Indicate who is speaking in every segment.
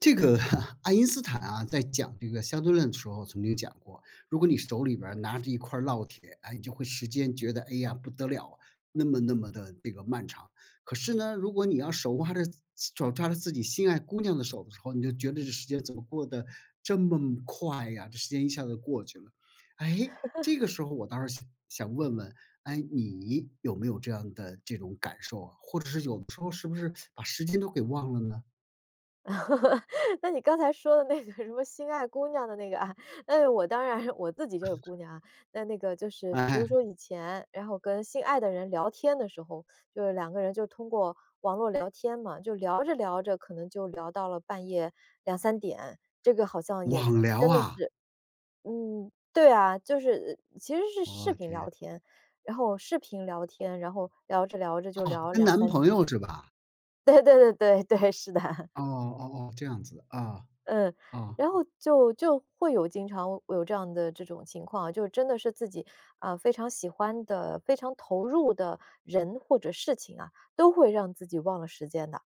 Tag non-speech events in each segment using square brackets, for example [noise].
Speaker 1: 这个 [laughs] 爱因斯坦啊，在讲这个相对论的时候曾经讲过，如果你手里边儿拿着一块烙铁，哎，你就会时间觉得哎呀不得了，那么这个漫长。可是呢，如果你要手抓着自己心爱姑娘的手的时候，你就觉得这时间怎么过得这么快呀？这时间一下子过去了。哎，这个时候我倒是想想问问，哎，你有没有这样的这种感受啊？或者是有的时候是不是把时间都给忘了呢？
Speaker 2: [laughs] 那你刚才说的那个什么心爱姑娘的那个啊，那我当然 [laughs] 我自己就是姑娘啊。那个就是比如
Speaker 1: 哎。
Speaker 2: 说以前，然后跟心爱的人聊天的时候，就是两个人就通过网络聊天嘛，就聊着聊着可能就聊到了半夜两三点，这个好像也
Speaker 1: 网聊
Speaker 2: 真的
Speaker 1: 啊，
Speaker 2: 是嗯，对啊，就是其实是视
Speaker 1: 我
Speaker 2: 频聊
Speaker 1: 天，
Speaker 2: 天，然后视频聊天，然后聊着聊着就
Speaker 1: 哦，
Speaker 2: 聊
Speaker 1: 跟
Speaker 2: 两
Speaker 1: 男
Speaker 2: 三点
Speaker 1: 朋友
Speaker 2: [laughs]
Speaker 1: 是吧？
Speaker 2: 对对对对对，是的。
Speaker 1: 哦哦哦，这样子，啊，
Speaker 2: 嗯，
Speaker 1: 啊，
Speaker 2: 然后就经常有这样的这种情况啊，就是真的是自己啊非常喜欢的、非常投入的人或者事情啊，都会让自己忘了时间的。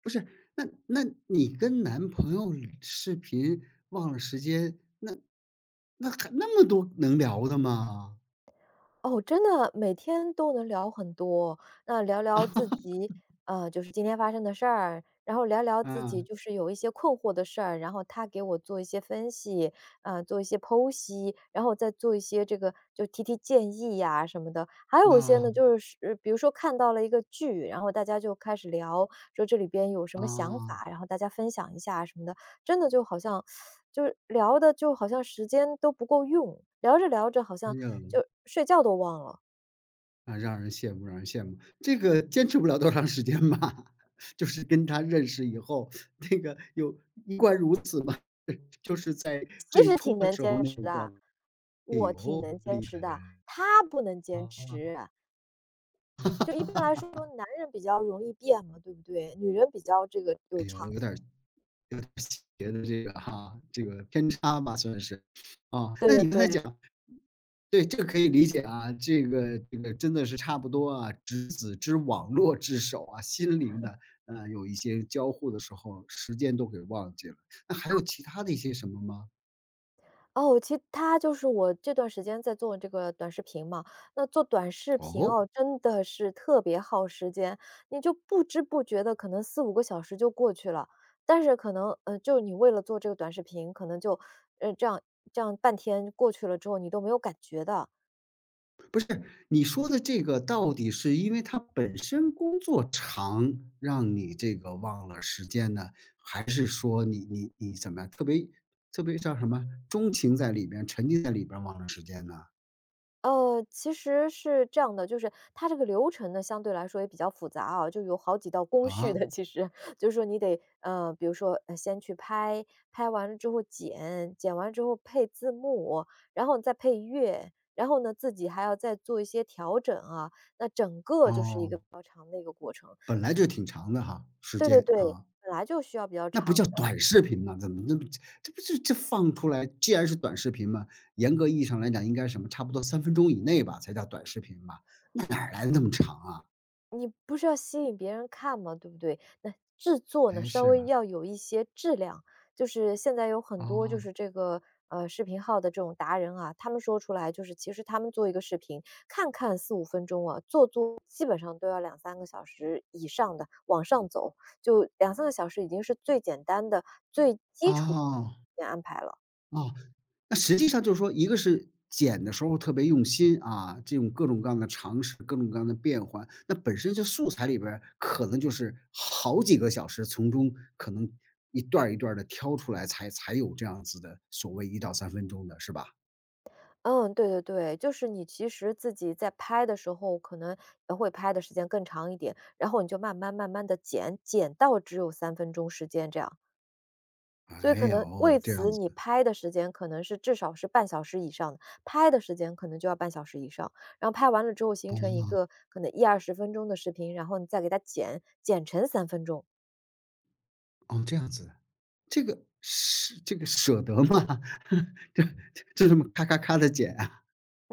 Speaker 1: 不是，那你跟男朋友视频忘了时间，那那还那么多能聊的吗？
Speaker 2: 哦，真的每天都能聊很多，那聊聊自己，就是今天发生的事儿，然后聊聊自己
Speaker 1: 啊，
Speaker 2: 就是有一些困惑的事儿，然后他给我做一些分析，做一些剖析，然后我再做一些这个就提提建议呀什么的。还有一些呢，
Speaker 1: 啊，
Speaker 2: 就是比如说看到了一个剧，然后大家就开始聊，说这里边有什么想
Speaker 1: 啊，
Speaker 2: 法，然后大家分享一下什么的。真的就好像就是聊的就好像时间都不够用，聊着聊着好
Speaker 1: 哎
Speaker 2: 像
Speaker 1: 呀，
Speaker 2: 就睡觉都忘了。
Speaker 1: 啊，让人羡慕让人羡慕，这个坚持不了多长时间吧？[laughs] 就是跟他认识以后，那个有一贯如此吗？[laughs] 就是在
Speaker 2: 其
Speaker 1: 最
Speaker 2: 实
Speaker 1: 初
Speaker 2: 挺
Speaker 1: 的
Speaker 2: 能
Speaker 1: 时候
Speaker 2: 坚
Speaker 1: 那
Speaker 2: 持
Speaker 1: 种状
Speaker 2: 的，
Speaker 1: 态。哎
Speaker 2: 我挺
Speaker 1: 呦，
Speaker 2: 能坚
Speaker 1: 厉
Speaker 2: 持
Speaker 1: 害厉害。
Speaker 2: 的，他不能坚
Speaker 1: 啊，
Speaker 2: 持。
Speaker 1: 哈哈
Speaker 2: 就一般来
Speaker 1: 哈
Speaker 2: 说，
Speaker 1: 哦，[laughs]
Speaker 2: 男人比较容易变嘛，对不对？女人比较这个有
Speaker 1: 哎呦，
Speaker 2: 长
Speaker 1: 有点儿邪的这个哈，这个偏差吧算是。啊，
Speaker 2: 对
Speaker 1: 那你刚
Speaker 2: 对
Speaker 1: 才
Speaker 2: 对。
Speaker 1: 讲，对，这个可以理解啊，这个这个真的是差不多啊，执子之网络之手啊，心灵的，有一些交互的时候，时间都给忘记了。那还有其他的一些什么吗？
Speaker 2: 哦，其他就是我这段时间在做这个短视频嘛，那做短视频
Speaker 1: 哦？
Speaker 2: 哦，真的是特别耗时间，你就不知不觉的可能四五个小时就过去了，但是可能就你为了做这个短视频，可能就呃这样这样半天过去了之后，你都没有感觉的。
Speaker 1: 不是，你说的这个到底是因为他本身工作长，让你这个忘了时间呢？还是说你怎么样，特别叫什么，钟情在里边，沉浸在里边忘了时间呢？
Speaker 2: 其实是这样的，就是它这个流程呢，相对来说也比较复杂啊，就有好几道工序
Speaker 1: 啊，
Speaker 2: 的。其实 [laughs] 就是说，你得比如说先去拍，拍完了之后剪，剪完之后配字幕，然后再配乐，然后呢自己还要再做一些调整啊。那整个就是一
Speaker 1: 哦，
Speaker 2: 个比较长的一个过程。
Speaker 1: 本来就挺长的哈，时
Speaker 2: 对对
Speaker 1: 间
Speaker 2: 对，
Speaker 1: 啊，
Speaker 2: 本来就需要比较
Speaker 1: 那不
Speaker 2: 长。
Speaker 1: 叫短视频吗？怎么那么这不是这放出来，既然是短视频嘛，严格意义上来讲，应该什么差不多三分钟以内吧，才叫短视频吧？那哪儿来的那么长啊？
Speaker 2: 你不是要吸引别人看吗？对不对？那制作呢，
Speaker 1: 哎，
Speaker 2: 稍
Speaker 1: 是
Speaker 2: 微
Speaker 1: 啊，
Speaker 2: 要有一些质量。就是现在有很多就
Speaker 1: 哦。
Speaker 2: 是这个视频号的这种达人啊，他们说出来就是，其实他们做一个视频，看看四五分钟啊，做做基本上都要两三个小时以上的，往上走，就两三个小时已经是最简单的、最基础
Speaker 1: 哦，
Speaker 2: 的安排了。
Speaker 1: 哦，那实际上就是说，一个是剪的时候特别用心啊，这种各种各样的尝试，各种各样的变换，那本身这素材里边儿可能就是好几个小时，从中可能一段一段的挑出来才，才有这样子的所谓1到3分钟的是吧？
Speaker 2: 嗯，对对对，就是你其实自己在拍的时候，可能会拍的时间更长一点，然后你就慢慢慢慢的剪，剪到只有三分钟时间这样，所以
Speaker 1: 哎
Speaker 2: 可
Speaker 1: 呀，
Speaker 2: 能为
Speaker 1: 哦，这样
Speaker 2: 此
Speaker 1: 子，
Speaker 2: 你拍的时间可能是至少是半小时以上的，拍的时间可能就要半小时以上，然后拍完了之后形成一
Speaker 1: 哦
Speaker 2: 个可能一二十分钟的视频，然后你再给它剪，剪成三分钟，
Speaker 1: 哦，这样子，这个舍得吗？[laughs] 这这么咔咔咔的剪啊，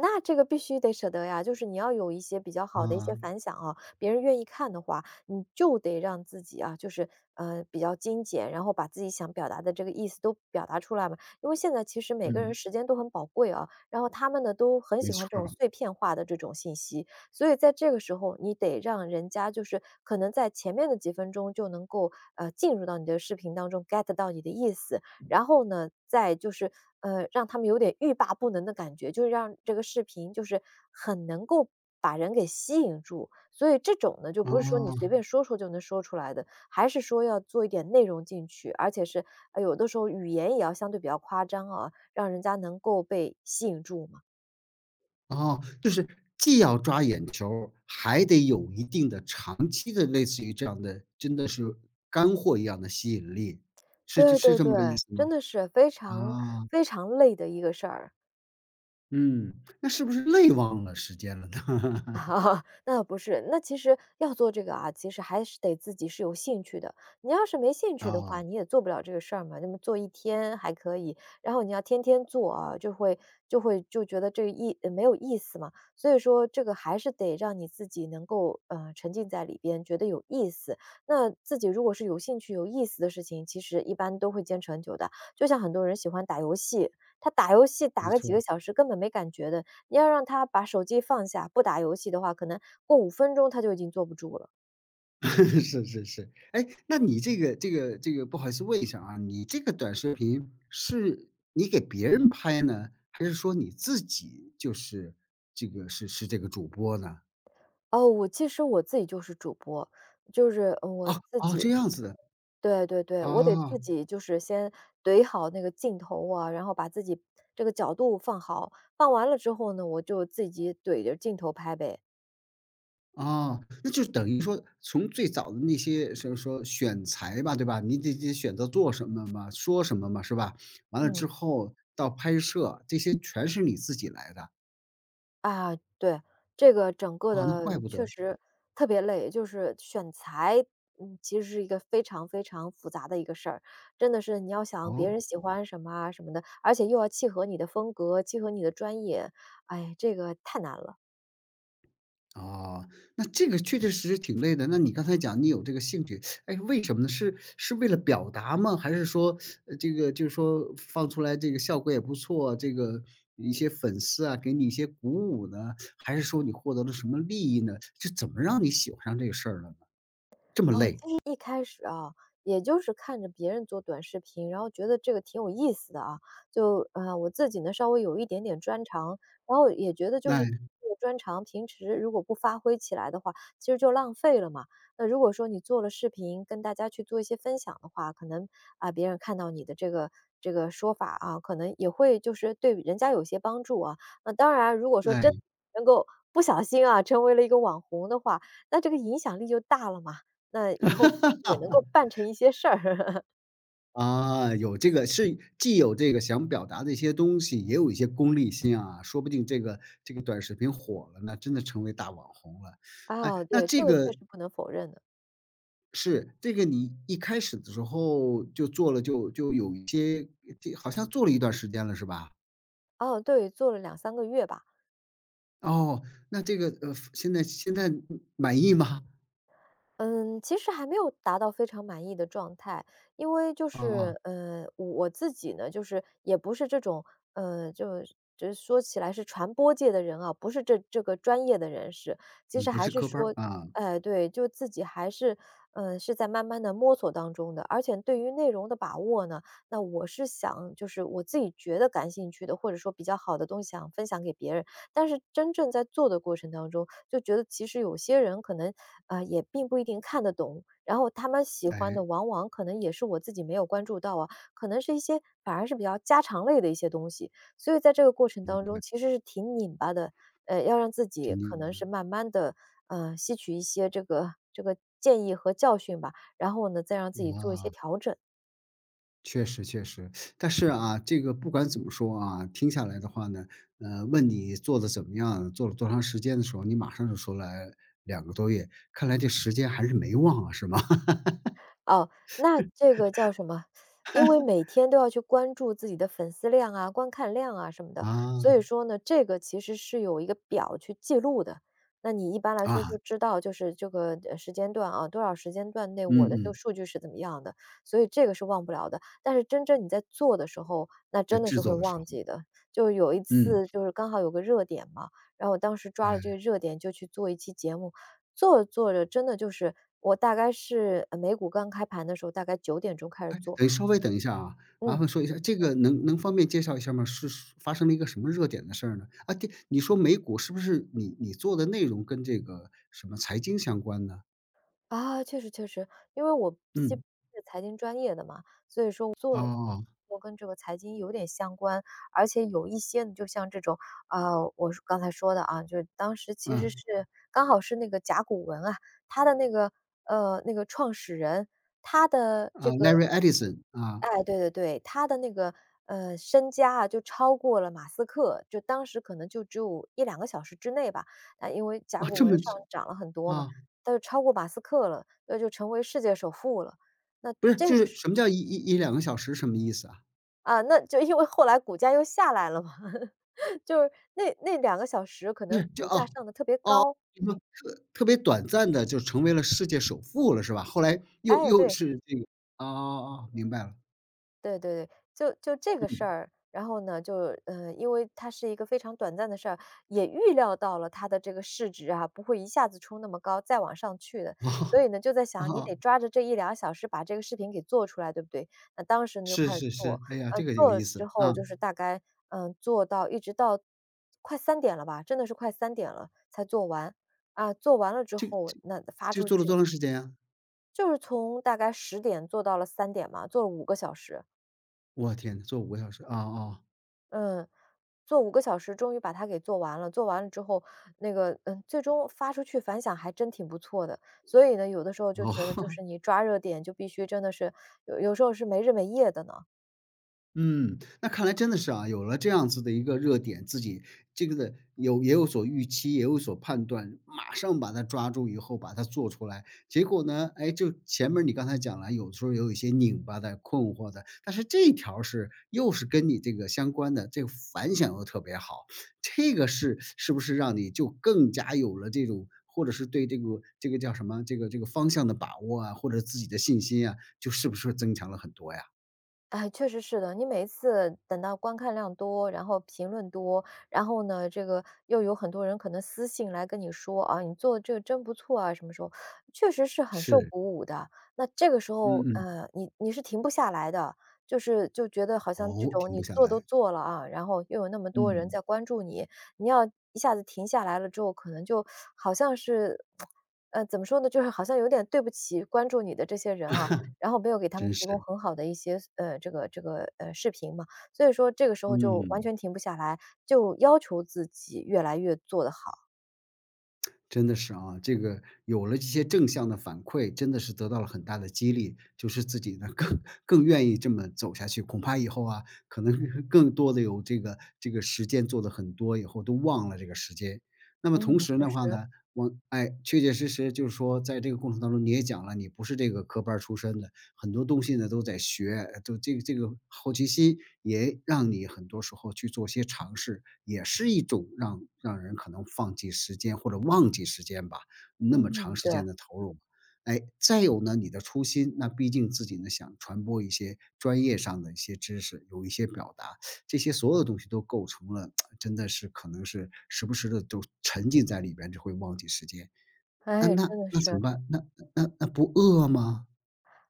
Speaker 2: 那这个必须得舍得呀，就是你要有一些比较好的一些
Speaker 1: 啊，
Speaker 2: 反响啊，别人愿意看的话，你就得让自己啊，就是比较精简，然后把自己想表达的这个意思都表达出来嘛。因为现在其实每个人
Speaker 1: 嗯，
Speaker 2: 时间都很宝贵啊，然后他们呢都很
Speaker 1: 没
Speaker 2: 喜欢
Speaker 1: 错
Speaker 2: 这种
Speaker 1: 儿，
Speaker 2: 碎片化的这种信息，所以在这个时候，你得让人家就是可能在前面的几分钟就能够进入到你的视频当中 get 到你的意思，然后呢，再就是，让他们有点欲罢不能的感觉，就是让这个视频就是很能够把人给吸引住。所以这种呢，就不是说你随
Speaker 1: 哦。
Speaker 2: 便说说就能说出来的，还是说要做一点内容进去，而且是，有的时候语言也要相对比较夸张啊，让人家能够被吸引住嘛。
Speaker 1: 哦，就是既要抓眼球儿还得有一定的长期的类似于这样的，真的是干货一样的吸引力，是这
Speaker 2: 对
Speaker 1: 是
Speaker 2: 对
Speaker 1: 这
Speaker 2: 对，
Speaker 1: 么个意思
Speaker 2: 真
Speaker 1: 吗？
Speaker 2: 的是非常
Speaker 1: 啊，
Speaker 2: 非常累的一个事儿。
Speaker 1: 嗯，那是不是累忘了时间了呢？[laughs]
Speaker 2: 那不是，那其实要做这个啊，其实还是得自己是有兴趣的。你要是没兴趣的
Speaker 1: 啊，
Speaker 2: 话，你也做不了这个事儿嘛。那么做一天还可以，然后你要天天做啊，就会就觉得这个没有意思嘛。所以说，这个还是得让你自己能够沉浸在里边，觉得有意思。那自己如果是有兴趣、有意思的事情，其实一般都会坚持很久的。就像很多人喜欢打游戏，他打游戏打
Speaker 1: 没
Speaker 2: 个几个
Speaker 1: 错
Speaker 2: 小时根本没感觉的，要让他把手机放下，不打游戏的话，可能过五分钟他就已经坐不住了。
Speaker 1: [laughs] 是是是。哎，那你这个不好意思问一下啊，你这个短视频是你给别人拍呢，还是说你自己就是这个是这个主播呢？
Speaker 2: 哦，我其实我自己就是主播，就是
Speaker 1: 哦
Speaker 2: 我自
Speaker 1: 哦，
Speaker 2: 己
Speaker 1: 这样子的，
Speaker 2: 对对对，我得自
Speaker 1: 哦。
Speaker 2: 己就是先怼好那个镜头啊，然后把自己这个角度放好，放完了之后呢，我就自己怼着镜头拍呗，
Speaker 1: 哦，那就等于说从最早的那些什么说选材吧，对吧？你得选择做什么嘛，说什么嘛，是吧？完了
Speaker 2: 嗯。
Speaker 1: 之后到拍摄，这些全是你自己来的，
Speaker 2: 啊，对，这个整个
Speaker 1: 啊，那怪
Speaker 2: 的
Speaker 1: 不
Speaker 2: 确
Speaker 1: 得，
Speaker 2: 实特别累，就是选材，嗯，其实是一个非常非常复杂的一个事儿。真的是你要想别
Speaker 1: 哦。
Speaker 2: 人喜欢什么啊什么的，而且又要契合你的风格，契合你的专业，哎，这个太难了。
Speaker 1: 哦，那这个确确实实挺累的。那你刚才讲你有这个兴趣，哎，为什么呢？是为了表达吗？还是说，这个就是说放出来这个效果也不错，这个一些粉丝啊，给你一些鼓舞呢？还是说你获得了什么利益呢？是怎么让你喜欢上这个事儿了呢？这么
Speaker 2: 哦，
Speaker 1: 累，
Speaker 2: 其实一开始啊，也就是看着别人做短视频，然后觉得这个挺有意思的啊，就我自己呢稍微有一点点专长，然后也觉得就是
Speaker 1: 哎
Speaker 2: 这个专长平时如果不发挥起来的话，其实就浪费了嘛。那如果说你做了视频，跟大家去做一些分享的话，可能啊、别人看到你的这个。这个说法啊，可能也会就是对人家有些帮助啊。那当然啊，如果说
Speaker 1: 哎，
Speaker 2: 真能够不小心啊，成为了一个网红的话，那这个影响力就大了嘛。那以后也能够办成一些事儿。[laughs]
Speaker 1: 啊，有这个是既有这个想表达的一些东西，也有一些功利心啊，说不定这个这个短视频火了呢，真的成为大网红了。
Speaker 2: 啊，
Speaker 1: 哎，那，
Speaker 2: 对，这个确实不能否认的。
Speaker 1: 这个你一开始的时候就做了，就有一些这好像做了一段时间了是吧？
Speaker 2: 啊，对，做了两三个月吧。
Speaker 1: 哦，那这个，现在满意吗？
Speaker 2: 嗯，其实还没有达到非常满意的状态，因为就
Speaker 1: 啊啊，
Speaker 2: 是，我自己呢，就是也不是这种，呃，就就是说起来是传播界的人啊，不是这个专业的人士，其
Speaker 1: 嗯，
Speaker 2: 实
Speaker 1: 不
Speaker 2: 还
Speaker 1: 是
Speaker 2: 是
Speaker 1: 科班儿，
Speaker 2: 说，
Speaker 1: 啊，
Speaker 2: 哎，对，就自己还是，是在慢慢的摸索当中的，而且对于内容的把握呢，那我是想就是我自己觉得感兴趣的，或者说比较好的东西想分享给别人，但是真正在做的过程当中，就觉得其实有些人可能啊，也并不一定看得懂，然后他们喜欢
Speaker 1: 哎，
Speaker 2: 的往往可能也是我自己没有关注到啊，可能是一些反而是比较家常类的一些东西，所以在这个过程
Speaker 1: 明
Speaker 2: 当中
Speaker 1: 白，
Speaker 2: 其实是挺拧巴的，要让自己
Speaker 1: 听你
Speaker 2: 可能
Speaker 1: 的，
Speaker 2: 是慢慢的，吸取一些这个建议和教训吧，然后呢，再让自己做一些
Speaker 1: 啊，
Speaker 2: 调整。
Speaker 1: 确实确实。但是啊，这个不管怎么说啊，听下来的话呢，问你做的怎么样，做了多长时间的时候，你马上就说来2个多月，看来这时间还是没忘啊，是吗？[laughs]
Speaker 2: 哦，那这个叫什么？因为每天都要去关注自己的粉丝量啊、观看量啊什么的，所
Speaker 1: 啊，
Speaker 2: 以说呢，这个其实是有一个表去记录的。那你一般来说
Speaker 1: 啊，
Speaker 2: 就知道，就是这个时间段啊，多少时间段内
Speaker 1: 嗯
Speaker 2: 我的这个
Speaker 1: 嗯。
Speaker 2: 数据是怎么样的，所以这个是忘不了的。但是真正你在做的时候，那
Speaker 1: 在
Speaker 2: 真的是
Speaker 1: 制
Speaker 2: 会
Speaker 1: 作的时
Speaker 2: 忘
Speaker 1: 候。
Speaker 2: 记的。就有一
Speaker 1: 嗯。
Speaker 2: 次，就是刚好有个热点嘛，然后我当时抓了这个
Speaker 1: 哎，
Speaker 2: 热点，就去做一期节目。做着做着，真的就是我大概是美股刚开盘的时候，大概9点钟开始
Speaker 1: 哎，
Speaker 2: 做。
Speaker 1: 等稍微等一下啊，麻
Speaker 2: 嗯，
Speaker 1: 烦说一下，这个能能方便介绍一下吗？是发生了一个什么热点的事儿呢？啊，对，你说美股是不是你做的内容跟这个什么财经相关呢？
Speaker 2: 啊，确实确实，因为我自己是
Speaker 1: 嗯，
Speaker 2: 财经专业的嘛，
Speaker 1: 哦，
Speaker 2: 我跟这个财经有点相关，而且有一些呢，就像这种啊、我是刚才说的啊，就是当时其实是
Speaker 1: 嗯，
Speaker 2: 刚好是那个甲骨文啊，他的那个创始人，他的这
Speaker 1: 啊
Speaker 2: 个
Speaker 1: ，Larry Edison，啊，
Speaker 2: 哎，对对对，他的那个身家啊，就超过了马斯克，就当时可能就只有一两个小时之内吧，啊，因为甲
Speaker 1: 啊，
Speaker 2: 骨
Speaker 1: 这
Speaker 2: 文
Speaker 1: 么
Speaker 2: 上涨了很多嘛，
Speaker 1: 啊，
Speaker 2: 他就超过马斯克了，那就成为世界首富了。那
Speaker 1: 不是，
Speaker 2: 这
Speaker 1: 就
Speaker 2: 个
Speaker 1: 是
Speaker 2: 是
Speaker 1: 什么叫一一一2个小时什么意思啊？
Speaker 2: 啊，那就因为后来股价又下来了嘛，[laughs] 就是那2个小时可
Speaker 1: 不
Speaker 2: 能
Speaker 1: 是，就
Speaker 2: 股价
Speaker 1: 啊
Speaker 2: 上的特别
Speaker 1: 哦，
Speaker 2: 高，
Speaker 1: 你说特别短暂的就成为了世界首富了是吧？后来又
Speaker 2: 哎，
Speaker 1: 又
Speaker 2: 对。
Speaker 1: 是这个哦哦哦，明白了，
Speaker 2: 对对对，就这个事
Speaker 1: 嗯。
Speaker 2: 儿，然后呢，就因为它是一个非常短暂的事儿，也预料到了它的这个市值啊，不会一下子冲那么高，再往上去的。
Speaker 1: [laughs] 哦，
Speaker 2: 所以呢，就在想，你
Speaker 1: 哦，
Speaker 2: 得抓着这一两小时把这个视频给做出来，对不对？那当时呢，就
Speaker 1: 是
Speaker 2: 开始
Speaker 1: 是
Speaker 2: 做，
Speaker 1: 是，哎呀，这个有
Speaker 2: 做了
Speaker 1: 意
Speaker 2: 之
Speaker 1: 思，
Speaker 2: 后
Speaker 1: 啊，
Speaker 2: 就是大概，做到一直到快三点了吧，真的是快三点了才做完。啊，做完了之
Speaker 1: 这
Speaker 2: 后，
Speaker 1: 这
Speaker 2: 那发
Speaker 1: 这
Speaker 2: 出
Speaker 1: 做了多
Speaker 2: 去，
Speaker 1: 长时间呀？
Speaker 2: 就是从大概10点做到了三点嘛，做了五个小时，
Speaker 1: 我天，做5个小时，啊哦，
Speaker 2: 嗯。做五个小时，终于把它给做完了。做完了之后，最终发出去反响还真挺不错的。所以呢，有的时候就觉得就
Speaker 1: 哦。
Speaker 2: 是你抓热点就必须真的是有时候是没日没夜的呢。
Speaker 1: 嗯，那看来真的是啊，有了这样子的一个热点，自己这个的有也有所预期，也有所判断，马上把它抓住以后把它做出来，结果呢，哎，就前面你刚才讲了，有时候有一些拧巴的、困惑的，但是这一条又是跟你这个相关的，这个反响又特别好，这个是是不是让你就更加有了这种，或者是对这个这个叫什么，这个这个方向的把握啊，或者自己的信心啊，就是不是增强了很多呀？
Speaker 2: 哎，确实是的。你每一次等到观看量多，然后评论多，然后呢，这个又有很多人可能私信来跟你说啊，你做的这个真不错啊，什么时候，确实是很受
Speaker 1: 是，
Speaker 2: 鼓舞的。那这个时候，
Speaker 1: 嗯嗯。
Speaker 2: 你是停不下来的，就是就觉得好像这
Speaker 1: 哦，
Speaker 2: 种
Speaker 1: 停
Speaker 2: 你
Speaker 1: 不下
Speaker 2: 做都
Speaker 1: 来。
Speaker 2: 做了啊，然后又有那么多人在
Speaker 1: 嗯。
Speaker 2: 关注你，你要一下子停下来了之后，可能就好像是，[tsk] 怎么说呢，就是好像有点对不起关注你的这些人啊。然后没有给他们
Speaker 1: 真
Speaker 2: 提供
Speaker 1: 是，
Speaker 2: 很好的一些这个，视频嘛，所以说这个时候就完
Speaker 1: 嗯。
Speaker 2: 全停不下来，就要求自己越来越做得好。
Speaker 1: 真的是啊，这个有了这些正向的反馈，真的是得到了很大的激励，就是自己呢，更愿意这么走下去。恐怕以后啊，可能是更多的有这个这个时间做的很多，以后都忘了这个时间。那么同
Speaker 2: 嗯，
Speaker 1: 时
Speaker 2: 确
Speaker 1: 的
Speaker 2: 实，
Speaker 1: 话呢，我哎，确确实实就是说在这个过程当中，你也讲了，你不是这个科班儿出身的，很多东西呢都在学，就这个这个好奇心也让你很多时候去做些尝试，也是一种让人可能放弃时间或者忘记时间吧，那么长
Speaker 2: 嗯，
Speaker 1: 时
Speaker 2: 对，
Speaker 1: 间的投入。哎，再有呢，你的初心，那毕竟自己呢想传播一些专业上的一些知识，有一些表达，这些所有的东西都构成了，[tsk] 真的是可能是时不时的都沉浸在里边，就会忘记时间。啊，
Speaker 2: 哎，
Speaker 1: 那
Speaker 2: 真的
Speaker 1: 那怎
Speaker 2: 是。
Speaker 1: 么办？那不饿吗？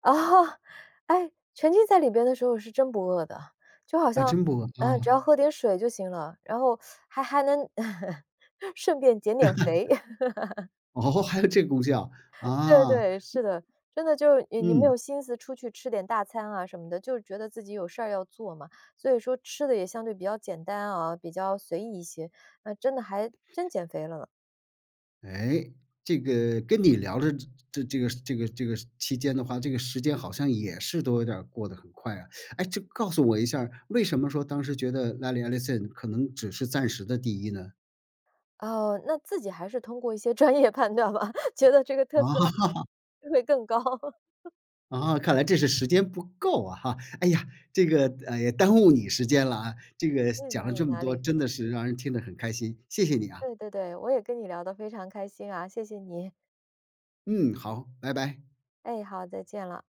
Speaker 2: 啊，[laughs] 哎，沉浸在里边的时候是真不饿的，就好
Speaker 1: 啊，
Speaker 2: 像，
Speaker 1: 真不饿
Speaker 2: 只
Speaker 1: 啊。
Speaker 2: 要喝点水就行了，然后还能 [laughs] 顺便减点肥。
Speaker 1: 哦，[laughs] 还有这个功效，
Speaker 2: 对
Speaker 1: 啊，
Speaker 2: 对，是的，真的就是你没
Speaker 1: 嗯，
Speaker 2: 有心思出去吃点大餐啊什么的，就是觉得自己有事儿要做嘛，所以说吃的也相对比较简单啊，比较随意一些，那真的还真减肥了呢。
Speaker 1: 哎，这个跟你聊着这期间的话，这个时间好像也是都有点儿过得很快啊。哎，这告诉我一下儿为什么说当时觉得 Lally ELLIN 可能只是暂时的第一呢？
Speaker 2: 哦，那自己还是通过一些 [laughs] 专业判断吧，[laughs] 觉得这个特
Speaker 1: 啊，
Speaker 2: 斯拉
Speaker 1: [laughs]
Speaker 2: 会更高。[laughs]
Speaker 1: 啊，看来这是时间不够啊哈。哎呀，这个，也耽误你时间了啊，这个
Speaker 2: 嗯，
Speaker 1: 讲
Speaker 2: 哪
Speaker 1: 了
Speaker 2: 里
Speaker 1: 这么
Speaker 2: 哪
Speaker 1: 多，
Speaker 2: 里，
Speaker 1: 真的是让人听得很开心，谢谢你啊。
Speaker 2: 对对对，我也跟你聊得非常开心啊，谢谢你。
Speaker 1: 嗯，好，拜拜。
Speaker 2: 哎，好，再见了啊。